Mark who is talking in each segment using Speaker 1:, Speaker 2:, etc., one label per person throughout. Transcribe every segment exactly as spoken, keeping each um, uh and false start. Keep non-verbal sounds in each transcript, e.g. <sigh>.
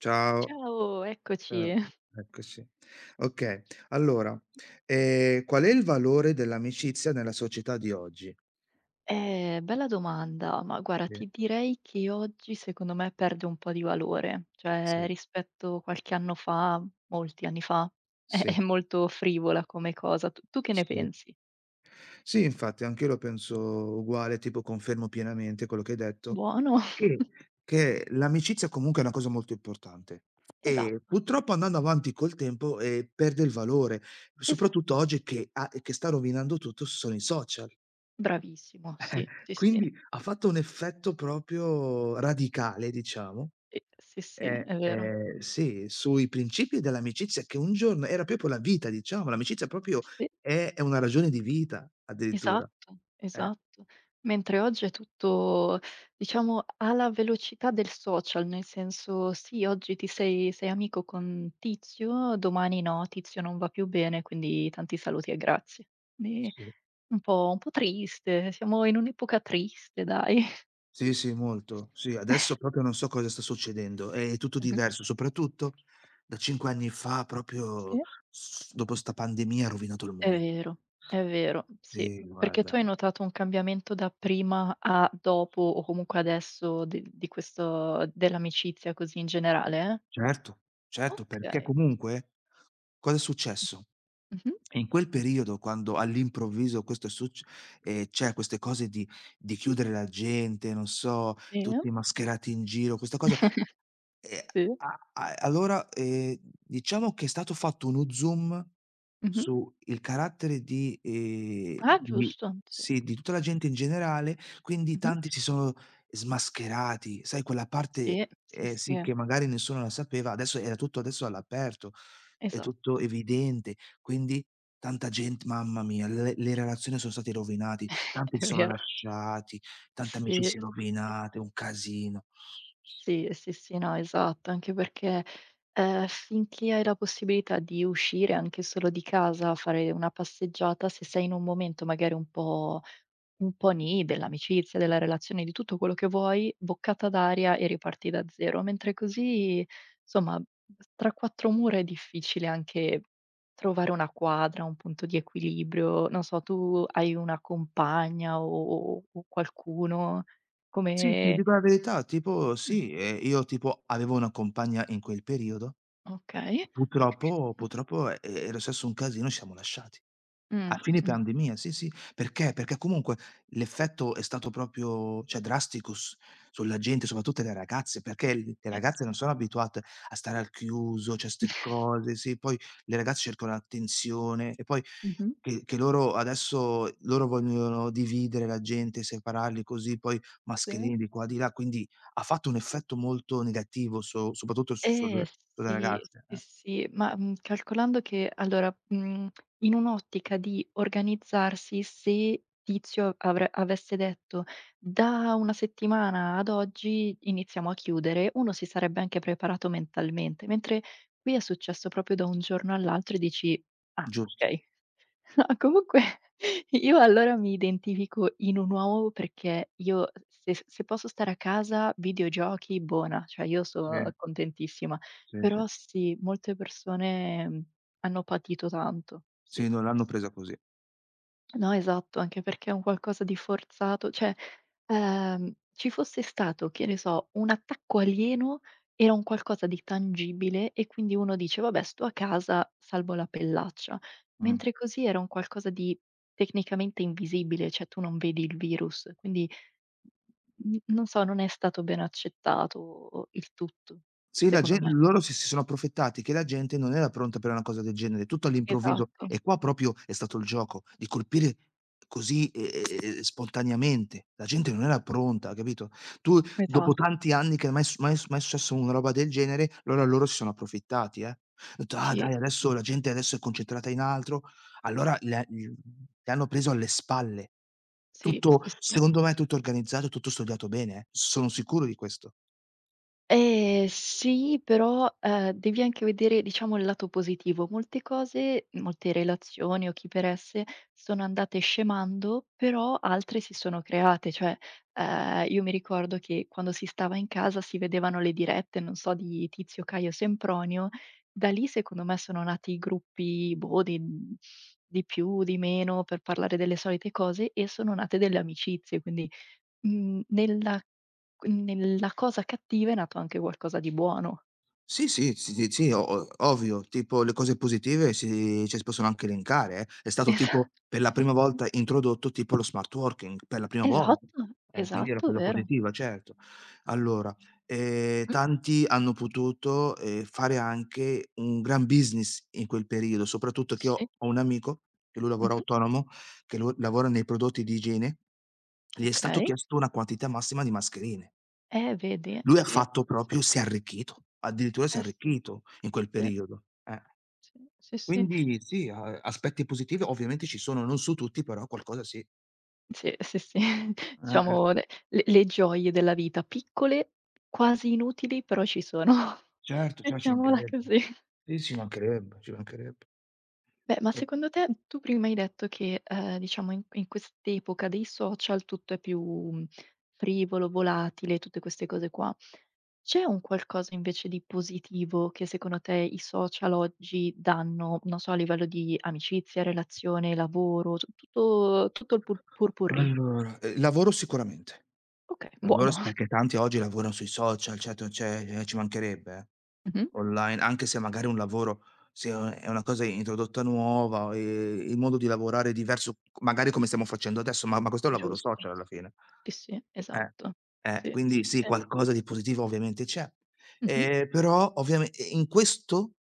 Speaker 1: Ciao,
Speaker 2: Ciao,
Speaker 1: eh,
Speaker 2: eccoci.
Speaker 1: eccoci. Okay, allora, ehm, qual è il valore dell'amicizia nella società di oggi?
Speaker 2: Eh, bella domanda, ma guarda,
Speaker 1: Sì,
Speaker 2: ti direi che oggi secondo me perde un po' di valore, cioè
Speaker 1: sì,
Speaker 2: rispetto a qualche anno fa, molti anni fa, <laughs> è,
Speaker 1: sì,
Speaker 2: è molto frivola come cosa. Tu, tu che ne
Speaker 1: sì.
Speaker 2: pensi?
Speaker 1: Sì, infatti anch'io lo penso uguale, tipo confermo pienamente quello che hai detto,
Speaker 2: Buono? <laughs>
Speaker 1: che che l'amicizia comunque è una cosa molto importante e
Speaker 2: Esatto,
Speaker 1: purtroppo andando avanti col tempo, ehm, perde il valore,
Speaker 2: esatto.
Speaker 1: soprattutto oggi che ha che sta rovinando tutto sono i social.
Speaker 2: Bravissimo, sì, sì, sì,
Speaker 1: Quindi ha fatto un effetto proprio radicale, diciamo,
Speaker 2: sì, sì, sì,
Speaker 1: ehm,
Speaker 2: è vero.
Speaker 1: ehm, sì, sui principi dell'amicizia che un giorno era proprio la vita, diciamo, l'amicizia proprio
Speaker 2: Sì.
Speaker 1: è è una ragione di vita addirittura.
Speaker 2: Esatto,
Speaker 1: Eh,
Speaker 2: esatto. Mentre oggi è tutto, diciamo, alla velocità del social, nel senso, sì, oggi ti sei sei amico con Tizio, domani no, Tizio non va più bene, quindi tanti saluti e grazie. Quindi
Speaker 1: sì.
Speaker 2: un po' un po' triste, siamo in un'epoca triste dai.
Speaker 1: Sì, sì, molto.
Speaker 2: <laughs>
Speaker 1: Sì, adesso proprio non so cosa sta succedendo, è tutto
Speaker 2: Mh-mh.
Speaker 1: diverso, soprattutto da cinque anni fa proprio
Speaker 2: Sì.
Speaker 1: s dopo 'sta pandemia ha rovinato il
Speaker 2: È
Speaker 1: mondo.
Speaker 2: vero, è vero, sì.
Speaker 1: Sì,
Speaker 2: Perché tu
Speaker 1: guarda.
Speaker 2: hai notato un cambiamento da prima a dopo o comunque adesso di di questo dell'amicizia così in generale, eh?
Speaker 1: Certo, certo, perché
Speaker 2: Okay.
Speaker 1: comunque cosa è successo?
Speaker 2: Mh-mh.
Speaker 1: In quel periodo quando all'improvviso questo è succ ehm, c'è queste cose di di chiudere la gente, non so,
Speaker 2: Sì,
Speaker 1: tutti mascherati in giro, questa cosa e
Speaker 2: sì.
Speaker 1: a a allora, ehm, diciamo che è stato fatto uno zoom
Speaker 2: Mh-mh.
Speaker 1: su il carattere di ehm,
Speaker 2: Ah,
Speaker 1: di
Speaker 2: giusto, sì.
Speaker 1: sì, di
Speaker 2: Sì,
Speaker 1: tutta la
Speaker 2: sì.
Speaker 1: gente in generale, quindi
Speaker 2: Mh-mh.
Speaker 1: tanti si sono smascherati, sai quella
Speaker 2: Sì,
Speaker 1: parte,
Speaker 2: sì,
Speaker 1: ehm, sì,
Speaker 2: sì,
Speaker 1: che magari nessuno la sapeva, adesso era tutto adesso all'aperto, è tutto
Speaker 2: esatto.
Speaker 1: evidente, quindi tanta gent mamma mia, le le relazioni sono state rovinati,
Speaker 2: <laughs>
Speaker 1: tanti si
Speaker 2: È
Speaker 1: sono
Speaker 2: vero.
Speaker 1: lasciati, tante
Speaker 2: Sì,
Speaker 1: amicizie
Speaker 2: sì, sì.
Speaker 1: rovinate, un casino.
Speaker 2: Sì, sì, sì, no, esatto, anche perché, ehm, finché hai la possibilità di uscire anche solo di casa, fare una passeggiata, se sei in un momento magari un po' un po' nì dell'amicizia, della relazione, di tutto quello che vuoi, boccata d'aria e riparti da zero, mentre così, somma, tra quattro mura è difficile anche trovare una quadra, un punto di equilibrio. Non so, tu hai una compagna o o o qualcuno?
Speaker 1: Sì, ti
Speaker 2: Come
Speaker 1: dico la verità, tipo
Speaker 2: mh.
Speaker 1: sì, ehm, io tipo avevo una compagna in quel periodo,
Speaker 2: Okay.
Speaker 1: purtroppo purtroppo, ehm, era successo un casino e ci siamo lasciati.
Speaker 2: Mh,
Speaker 1: A fine
Speaker 2: mh-mh.
Speaker 1: pandemia, sì, sì. Perché? Perché comunque l'effetto è stato proprio, cioè drastico s sulla gente, soprattutto le ragazze, perché l le
Speaker 2: E
Speaker 1: ragazze non sono abituate a stare al chiuso, cioè 'ste cose, sì, poi le ragazze cercano l'attenzione e poi
Speaker 2: Mh-mh.
Speaker 1: che che loro adesso loro vogliono dividere la gente, separarli così, poi
Speaker 2: Sì.
Speaker 1: mascherine di qua, di là, quindi ha fatto un effetto molto negativo so soprattutto su sulle
Speaker 2: Eh
Speaker 1: sulle
Speaker 2: sì,
Speaker 1: ragazze,
Speaker 2: sì,
Speaker 1: eh.
Speaker 2: sì, ma, mhmm, calcolando che allora, mhmm, in un'ottica di organizzarsi, se Tizio avre avesse detto: "Da una settimana ad oggi iniziamo a chiudere", uno si sarebbe anche preparato mentalmente, mentre qui è successo proprio da un giorno all'altro e dici: "Ah,
Speaker 1: Giusto.
Speaker 2: okay". No, comunque <laughs> io allora mi identifico in un uomo perché io se s se posso stare a casa, videogiochi, buona, cioè io
Speaker 1: Sì,
Speaker 2: sono contentissima.
Speaker 1: sì, sì.
Speaker 2: Però sì, molte persone, mhmm, hanno patito tanto. Sì,
Speaker 1: Sì, non
Speaker 2: sì,
Speaker 1: l'hanno
Speaker 2: sì.
Speaker 1: presa così.
Speaker 2: No, esatto, anche perché è un qualcosa di forzato, cioè, ehm, ci fosse stato, che ne so, un attacco alieno, era un qualcosa di tangibile e quindi uno dice: "Vabbè, sto a casa, salvo la pellaccia".
Speaker 1: Mh.
Speaker 2: Mentre così era un qualcosa di tecnicamente invisibile, cioè tu non vedi il virus, quindi n non so, non è stato ben accettato il tutto,
Speaker 1: Sì, la
Speaker 2: secondo
Speaker 1: gen
Speaker 2: me.
Speaker 1: loro si si sono approfittati che la gente non era pronta per una cosa del genere, tutto all'improvviso.
Speaker 2: Esatto,
Speaker 1: E qua proprio è stato il gioco, di colpire così, ehm, ehm, spontaneamente. La gente non era pronta, capito? Tu dopo
Speaker 2: esatto.
Speaker 1: tanti anni che mai s mai s mai è successo una roba del genere, allora loro si sono approfittati, eh. Detto: "Ah
Speaker 2: Sì,
Speaker 1: dai, adesso la gente adesso è concentrata in altro". Allora le gli le hanno preso alle spalle.
Speaker 2: sì, sì,
Speaker 1: Tutto
Speaker 2: sì, sì.
Speaker 1: secondo me tutto organizzato, tutto studiato bene, eh, sono sicuro di questo.
Speaker 2: Ehm, sì, però, ehm, devi anche vedere, diciamo, il lato positivo. Molte cose, molte relazioni o chi per esse, sono andate scemando, però altre si sono create. Cioè, ehm, io mi ricordo che quando si stava in casa si vedevano le dirette, non so, di Tizio, Caio, Sempronio. Da lì secondo me sono nati i gruppi, boh, di mhmm, di più, di meno, per parlare delle solite cose e sono nate delle amicizie, quindi Mhmm, nella mhmm, nella cosa cattiva è nato anche qualcosa di buono.
Speaker 1: Sì, sì, sì, sì, sì, o o ovvio, tipo le cose positive si cioè si possono anche elencare, eh. È
Speaker 2: <laughs>
Speaker 1: stato
Speaker 2: Esa
Speaker 1: tipo per la prima
Speaker 2: Sì.
Speaker 1: volta introdotto tipo lo smart working, per la prima volta,
Speaker 2: Esatto,
Speaker 1: eh, quindi è una
Speaker 2: esatto,
Speaker 1: cosa
Speaker 2: vero.
Speaker 1: positiva, certo. Allora, ehm,
Speaker 2: Mh,
Speaker 1: tanti hanno potuto, ehm, fare anche un gran business in quel periodo, soprattutto che
Speaker 2: sì,
Speaker 1: ho ho un amico che lui lavora
Speaker 2: mh-mh,
Speaker 1: autonomo, che lu lavora nei prodotti di igiene, gli è stato
Speaker 2: okay.
Speaker 1: chiesto una quantità massima di mascherine.
Speaker 2: Eh, vedi, eh,
Speaker 1: Lui ha
Speaker 2: sì, eh,
Speaker 1: fatto
Speaker 2: sì, sì.
Speaker 1: proprio si è arricchito, addirittura si è
Speaker 2: Eh
Speaker 1: arricchito in quel periodo. Eh.
Speaker 2: sì, sì, sì, sì,
Speaker 1: Quindi sì, a aspetti positivi ovviamente ci sono, non su tutti, però qualcosa sì.
Speaker 2: sì, sì, sì, sì. <laughs>
Speaker 1: Eh, eh.
Speaker 2: Diciamo le le le gioie della vita, piccole, quasi inutili, però ci sono. <laughs>
Speaker 1: Certo, cer ci
Speaker 2: Mettiamola
Speaker 1: mancherebbe.
Speaker 2: così.
Speaker 1: Sì, ci mancherebbe, ci mancherebbe.
Speaker 2: Beh, ma
Speaker 1: Eh.
Speaker 2: secondo te tu prima hai detto che, ehm, diciamo in in quest'epoca dei social tutto è più, mhmm, frivolo, volatile, tutte queste cose qua. C'è un qualcosa invece di positivo che secondo te i social oggi danno, non so, a livello di amicizia, relazione, lavoro, tu tutto tutto il pot pot-pourri.
Speaker 1: Allora, ehm, lavoro sicuramente.
Speaker 2: Okay,
Speaker 1: Lavoro
Speaker 2: buono.
Speaker 1: s Perché
Speaker 2: <laughs>
Speaker 1: tanti oggi lavorano sui social, certo cioè, ehm, ci mancherebbe, eh.
Speaker 2: Mh-mh.
Speaker 1: Online, anche se magari un lavoro se è u è una cosa introdotta nuova, ehm, il modo di lavorare è diverso, magari come stiamo facendo adesso, ma ma questo è un lavoro
Speaker 2: Giusto,
Speaker 1: social alla
Speaker 2: sì.
Speaker 1: fine.
Speaker 2: Sì, sì,
Speaker 1: Eh,
Speaker 2: esatto.
Speaker 1: eh,
Speaker 2: Sì,
Speaker 1: quindi
Speaker 2: sì,
Speaker 1: sì,
Speaker 2: sì.
Speaker 1: qualcosa di positivo ovviamente c'è.
Speaker 2: Mh-mh.
Speaker 1: Ehm, però ovviame e in questo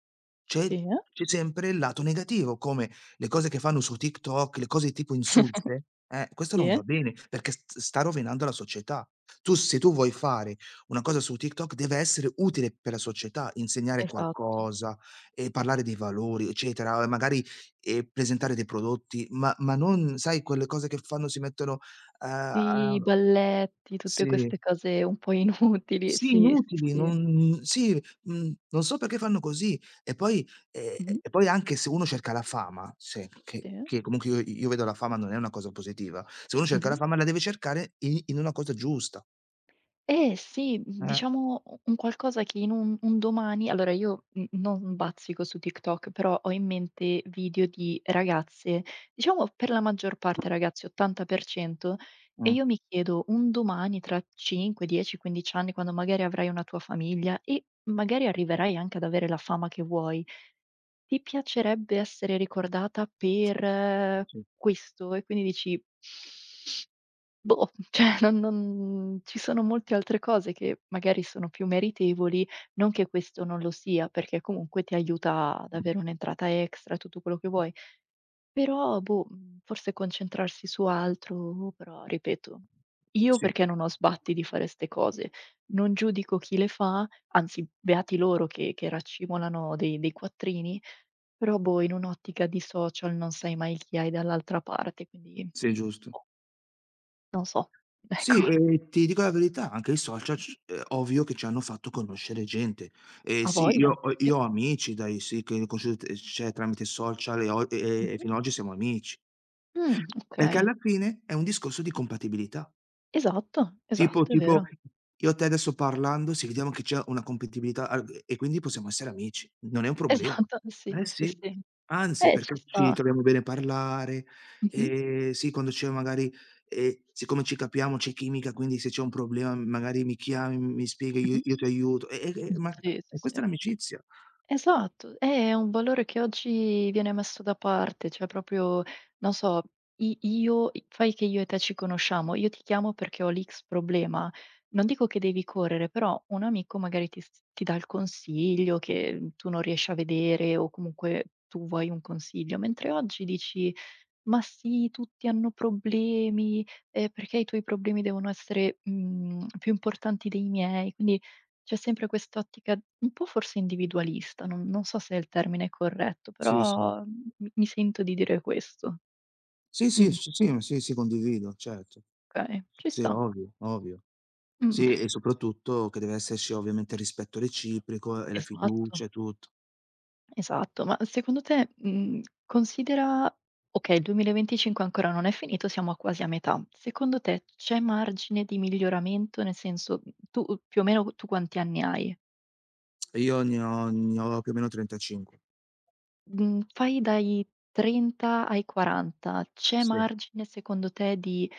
Speaker 1: c'è
Speaker 2: Sì. Eh?
Speaker 1: c'è sempre il lato negativo, come le cose che fanno su TikTok, le cose tipo
Speaker 2: <laughs>
Speaker 1: insulse, eh, questo
Speaker 2: Sì,
Speaker 1: non va
Speaker 2: eh?
Speaker 1: bene, perché st sta rovinando la società. Tu se tu vuoi fare una cosa su TikTok deve essere utile per la società, insegnare
Speaker 2: Esatto.
Speaker 1: qualcosa, ehm, parlare dei valori, eccetera, magari, ehm, presentare dei prodotti, ma ma non sai quelle cose che fanno si mettono a
Speaker 2: Sì, i
Speaker 1: a
Speaker 2: balletti, tutte
Speaker 1: sì,
Speaker 2: queste cose un po' inutili.
Speaker 1: sì
Speaker 2: Sì, sì,
Speaker 1: inutili,
Speaker 2: sì.
Speaker 1: non sì, mhmm, non so perché fanno così. E poi ehm,
Speaker 2: Mh-mh.
Speaker 1: e poi anche se uno cerca la fama, se che
Speaker 2: Sì.
Speaker 1: che comunque io io vedo la fama non è una cosa positiva. Se uno cerca la
Speaker 2: Mh-mh.
Speaker 1: fama la deve cercare i in una cosa giusta.
Speaker 2: Eh sì, mhmm,
Speaker 1: Eh.
Speaker 2: diciamo u un qualcosa che in un un domani allora io n non bazzico su TikTok, però ho in mente video di ragazze, diciamo per la maggior parte ragazzi, ottanta per cento. E
Speaker 1: Mh.
Speaker 2: io mi chiedo: un domani tra cinque, dieci, quindici anni, quando magari avrai una tua famiglia e magari arriverai anche ad avere la fama che vuoi. Ti piacerebbe essere ricordata per eh,
Speaker 1: Sì.
Speaker 2: questo? E quindi dici: "Boh, <laughs> cioè non non ci sono molte altre cose che magari sono più meritevoli, non che questo non lo sia, perché comunque ti aiuta ad avere un'entrata extra, tutto quello che vuoi, però boh, mhmm, forse concentrarsi su altro", però ripeto, io
Speaker 1: Sì.
Speaker 2: perché non ho sbatti di fare 'ste cose, non giudico chi le fa, anzi beati loro che che raccimolano dei dei quattrini, però boh, in un'ottica di social non sai mai chi hai dall'altra parte, quindi
Speaker 1: Sì, giusto.
Speaker 2: boh, non so,
Speaker 1: Sì,
Speaker 2: <laughs>
Speaker 1: e ti dico la verità, anche i social
Speaker 2: ecco.
Speaker 1: c è ovvio che ci hanno fatto conoscere gente. E
Speaker 2: Ha
Speaker 1: sì, io
Speaker 2: voglia,
Speaker 1: ho
Speaker 2: sì.
Speaker 1: io ho amici dai sì, che li ho conosciuti cioè tramite social e o e e
Speaker 2: Mh-mh.
Speaker 1: fino a oggi siamo amici.
Speaker 2: Mh,
Speaker 1: Perché
Speaker 2: okay.
Speaker 1: alla fine è un discorso di compatibilità.
Speaker 2: Esatto,
Speaker 1: Tipo
Speaker 2: esatto, è
Speaker 1: tipo
Speaker 2: vero. <laughs>
Speaker 1: io e te adesso parlando, se vediamo che c'è una compatibilità al e quindi possiamo essere amici, non è un problema.
Speaker 2: Esatto, sì,
Speaker 1: Eh
Speaker 2: sì,
Speaker 1: sì,
Speaker 2: sì.
Speaker 1: anzi
Speaker 2: Eh, ci
Speaker 1: perché ci
Speaker 2: sta.
Speaker 1: troviamo bene a parlare,
Speaker 2: Mh-mh.
Speaker 1: ehm, sì quando c'è magari ehm, siccome ci capiamo c'è chimica, quindi se c'è un problema magari mi chiami, mi spieghi, io
Speaker 2: Mh-mh.
Speaker 1: io ti aiuto. E e e
Speaker 2: Mh,
Speaker 1: ma
Speaker 2: sì, sì,
Speaker 1: e questa
Speaker 2: sì.
Speaker 1: è l'amicizia.
Speaker 2: Esatto, è un valore che oggi viene messo da parte, cioè proprio, non so, i io i fai che io e te ci conosciamo, io ti chiamo perché ho l'X problema. Non dico che devi correre, però un amico magari ti s ti dà il consiglio che, mhmm, tu non riesci a vedere o comunque tu vuoi un consiglio, mentre oggi dici: "Ma sì, tutti hanno problemi, ehm, perché i tuoi problemi devono essere, mhmm, più importanti dei miei?" Quindi c'è sempre quest'ottica un po' forse individualista, non non so se è il termine corretto,
Speaker 1: Sì, sì.
Speaker 2: però m mi mi sento di dire questo.
Speaker 1: Sì, sì,
Speaker 2: Mh,
Speaker 1: sì, sì, ma sì, sì, condivido, certo.
Speaker 2: okay, ci
Speaker 1: Sì,
Speaker 2: sta.
Speaker 1: ovvio, ovvio.
Speaker 2: Mh,
Speaker 1: Sì, e soprattutto che deve esserci ovviamente il rispetto reciproco e la
Speaker 2: esatto,
Speaker 1: fiducia e tutto.
Speaker 2: esatto. Ma secondo te, mhmm, considera okay, il duemilaventicinque ancora non è finito, siamo a quasi a metà. Secondo te c'è margine di miglioramento? Nel senso, mhmm, tu più o meno tu quanti anni hai?
Speaker 1: Io ne ho ne ho più o meno trentacinque.
Speaker 2: Mhmm, fai dai trenta ai quaranta, c'è
Speaker 1: Sì.
Speaker 2: margine secondo te di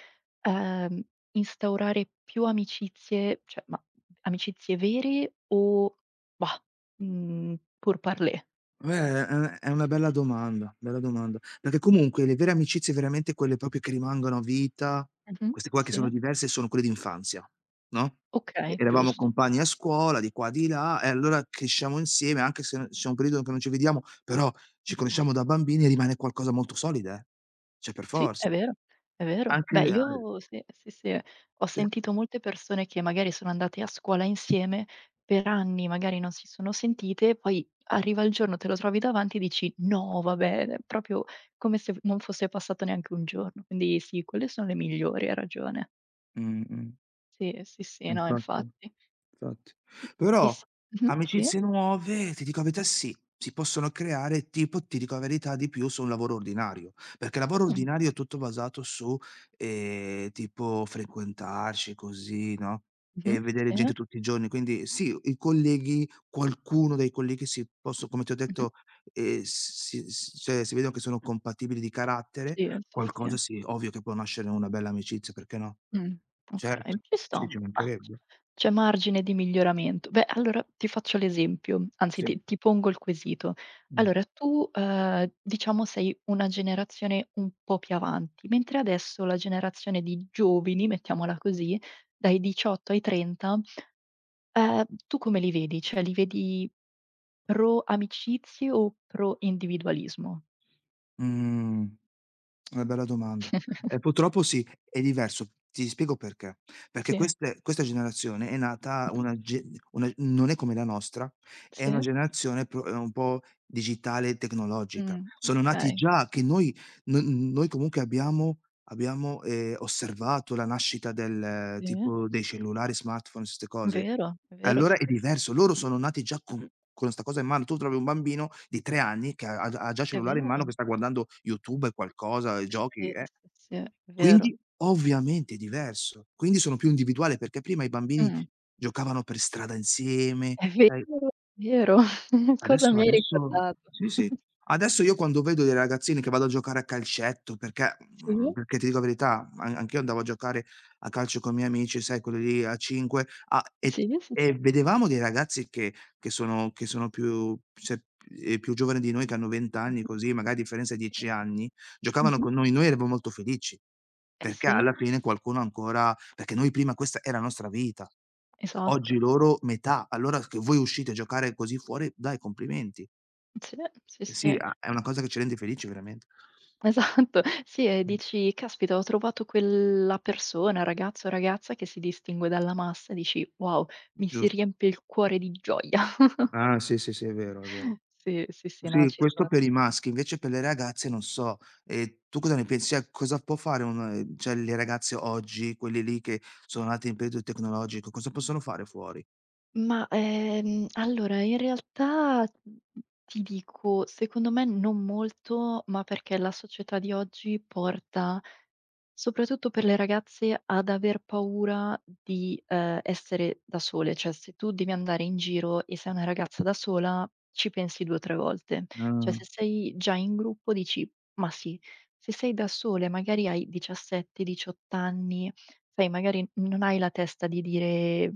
Speaker 2: Ehm, instaurare più amicizie, cioè ma amicizie vere o bah, mhmm, pur parler.
Speaker 1: Beh, è è è una bella domanda, bella domanda. Perché comunque le vere amicizie, veramente quelle proprio che rimangono a vita,
Speaker 2: Mh-mh.
Speaker 1: queste qua che sono
Speaker 2: Sì.
Speaker 1: diverse, sono quelle d'infanzia, no, e
Speaker 2: Okay,
Speaker 1: eravamo
Speaker 2: giusto.
Speaker 1: compagni a scuola, di qua, di là, e allora cresciamo insieme, anche se n c'è un periodo che non ci vediamo, però ci
Speaker 2: Mh-mh.
Speaker 1: conosciamo da bambini e rimane qualcosa molto solida, eh. Cioè per
Speaker 2: Sì, è
Speaker 1: forza.
Speaker 2: vero, è vero.
Speaker 1: Anche
Speaker 2: Beh,
Speaker 1: al
Speaker 2: io sì, sì, sì, ho
Speaker 1: sì.
Speaker 2: sentito molte persone che magari sono andate a scuola insieme, per anni magari non si sono sentite, poi arriva il giorno, te lo trovi davanti e dici: "No, vabbè", è proprio come se non fosse passato neanche un giorno. Quindi sì, quelle sono le migliori, hai ragione.
Speaker 1: Mh-mh.
Speaker 2: Sì, sì, sì, no
Speaker 1: Infatti,
Speaker 2: infatti.
Speaker 1: infatti.
Speaker 2: E
Speaker 1: Però
Speaker 2: s mh-mh, sì.
Speaker 1: amicizie nuove, ti dico la verità, sì, si possono creare tipo, ti dico la verità, di più su un lavoro ordinario, perché il lavoro
Speaker 2: Mh.
Speaker 1: ordinario è tutto basato su, ehm, tipo frequentarci così, no, e
Speaker 2: Mh-mh,
Speaker 1: vedere
Speaker 2: sì.
Speaker 1: gente tutti i giorni. Quindi sì, i colleghi qualcuno dei colleghi si posso come ti ho
Speaker 2: Mh-mh.
Speaker 1: detto, ehm, si s cioè si vedono che sono compatibili di carattere,
Speaker 2: Sì, sì, sì.
Speaker 1: qualcosa sì, ovvio che può nascere una bella amicizia, perché no?
Speaker 2: Mh.
Speaker 1: Certo,
Speaker 2: Okay, ci sta.
Speaker 1: sì, ci
Speaker 2: Ah,
Speaker 1: mancherebbe.
Speaker 2: c'è margine di miglioramento. Beh, allora ti faccio l'esempio, anzi
Speaker 1: Sì.
Speaker 2: ti ti pongo il quesito.
Speaker 1: Mh.
Speaker 2: Allora tu, ehm, diciamo sei una generazione un po' più avanti, mentre adesso la generazione di giovani, mettiamola così, dai diciotto ai trenta. Ehm, tu come li vedi? Cioè li vedi pro amicizie o pro individualismo?
Speaker 1: Mhmm, una bella domanda. Eh,
Speaker 2: <laughs>
Speaker 1: purtroppo sì, è diverso. Ti spiego perché: perché
Speaker 2: Sì.
Speaker 1: queste questa generazione è nata
Speaker 2: Mh-mh.
Speaker 1: una ge una non è come la nostra, è una
Speaker 2: Sì.
Speaker 1: generazione pro ehm, un po' digitale e tecnologica.
Speaker 2: Mh,
Speaker 1: Sono nati
Speaker 2: okay.
Speaker 1: già che noi no noi comunque abbiamo abbiamo, ehm, osservato la nascita del
Speaker 2: Sì.
Speaker 1: tipo dei cellulari, smartphone, 'ste cose.
Speaker 2: Vero, è vero,
Speaker 1: Allora
Speaker 2: sì,
Speaker 1: è diverso, loro sono nati già con con 'sta cosa in mano. Tu trovi un bambino di tre anni che ha ha ha già il
Speaker 2: è
Speaker 1: cellulare in mano,
Speaker 2: vero.
Speaker 1: che sta guardando YouTube e qualcosa, e giochi,
Speaker 2: Sì,
Speaker 1: eh.
Speaker 2: sì, sì, è vero.
Speaker 1: Quindi ovviamente è diverso. Quindi sono più individuali, perché prima i bambini
Speaker 2: Mh.
Speaker 1: giocavano per strada
Speaker 2: Okay.
Speaker 1: insieme,
Speaker 2: È
Speaker 1: sai.
Speaker 2: vero, è vero. <laughs> Cosa
Speaker 1: Adesso
Speaker 2: mi hai
Speaker 1: adesso
Speaker 2: ricordato.
Speaker 1: sì, sì. Adesso io quando vedo dei ragazzini che vanno a giocare a calcetto, perché mhmm,
Speaker 2: Sì.
Speaker 1: perché ti dico la verità, an anch'io andavo a giocare a calcio con i miei amici, sai quelli lì a cinque, a e t
Speaker 2: Sì, sì,
Speaker 1: e
Speaker 2: sì.
Speaker 1: vedevamo dei ragazzi che che sono che sono più se ehm, più giovani di noi, che hanno venti anni
Speaker 2: Mh-mh.
Speaker 1: così, magari a differenza di dieci anni, giocavano
Speaker 2: Mh-mh.
Speaker 1: con noi, noi eravamo molto felici,
Speaker 2: Eh
Speaker 1: perché
Speaker 2: sì,
Speaker 1: alla fine qualcuno ancora perché noi prima questa è la nostra vita.
Speaker 2: esatto.
Speaker 1: Oggi loro metà. Allora s che voi uscite a giocare così fuori, dai complimenti.
Speaker 2: Sì, sì,
Speaker 1: Eh sì,
Speaker 2: sì.
Speaker 1: a è una cosa che ci rende felici veramente.
Speaker 2: Esatto, <laughs> sì, e
Speaker 1: Mh,
Speaker 2: dici: "Caspita, ho trovato quella persona, ragazzo o ragazza che si distingue dalla massa", dici: "Wow, mi si
Speaker 1: giusto.
Speaker 2: riempie il cuore di gioia".
Speaker 1: Ah sì, sì, sì, è vero, è vero.
Speaker 2: <laughs> Sì, sì, sì, no,
Speaker 1: Sì,
Speaker 2: ci
Speaker 1: questo
Speaker 2: so.
Speaker 1: per i maschi, invece per le ragazze non so. Ehm, tu cosa ne pensi? Cioè, cosa può fare un ehm, cioè le ragazze oggi, quelle lì che sono nate in periodo tecnologico, cosa possono fare fuori?
Speaker 2: Ma, ehm, allora in realtà, mhmm, ti dico, secondo me non molto, ma perché la società di oggi porta, soprattutto per le ragazze, ad aver paura di, ehm, essere da sole. Cioè, se tu devi andare in giro e sei una ragazza da sola, ci pensi due o tre volte. Cioè,
Speaker 1: Ah,
Speaker 2: se sei già in gruppo dici: "Ma sì". Se sei da sola e magari hai diciassette, diciotto anni, sai magari non hai la testa di dire.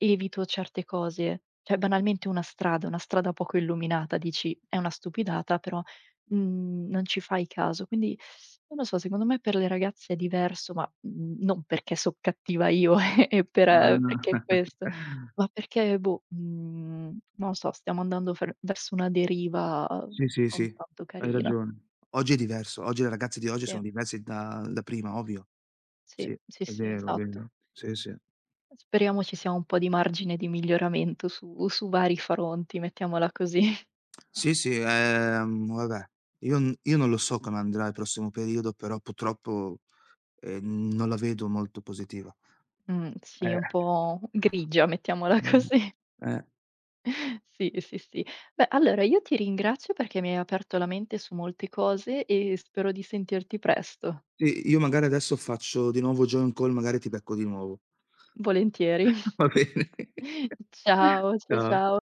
Speaker 2: Evito certe cose. Cioè banalmente una strada, una strada poco illuminata, dici: "È una stupidata", però, mhmm, non ci fai caso. Quindi non lo so, secondo me per le ragazze è diverso, ma, mhmm, non perché so cattiva io <laughs> e per eh,
Speaker 1: ah.
Speaker 2: perché è questo,
Speaker 1: <laughs>
Speaker 2: ma perché boh, mhmm, non lo so, stiamo andando fer verso una deriva
Speaker 1: Sì, sì,
Speaker 2: non
Speaker 1: sì,
Speaker 2: tanto
Speaker 1: hai
Speaker 2: carina.
Speaker 1: ragione. Oggi è diverso. Oggi le ragazze di oggi
Speaker 2: Sì,
Speaker 1: sono diverse da da prima, ovvio. Sì,
Speaker 2: sì, sì,
Speaker 1: è
Speaker 2: sì,
Speaker 1: vero,
Speaker 2: esatto.
Speaker 1: vero. Sì, sì.
Speaker 2: Speriamo ci sia un po' di margine di miglioramento su su vari fronti, mettiamola così.
Speaker 1: Sì, sì, ehm, vabbè, io n io non lo so come andrà il prossimo periodo, però purtroppo, ehm, non la vedo molto positiva.
Speaker 2: Mh, sì,
Speaker 1: Eh,
Speaker 2: un po' grigia, mettiamola
Speaker 1: mh,
Speaker 2: così.
Speaker 1: eh.
Speaker 2: <laughs> Sì, sì, sì. Beh, allora io ti ringrazio perché mi hai aperto la mente su molte cose e spero di sentirti presto.
Speaker 1: Sì, io magari adesso faccio di nuovo join call, magari ti becco di nuovo.
Speaker 2: Volentieri.
Speaker 1: <laughs> Va bene.
Speaker 2: <laughs>
Speaker 1: <laughs>
Speaker 2: Ciao, cia
Speaker 1: Ciao.
Speaker 2: ciao.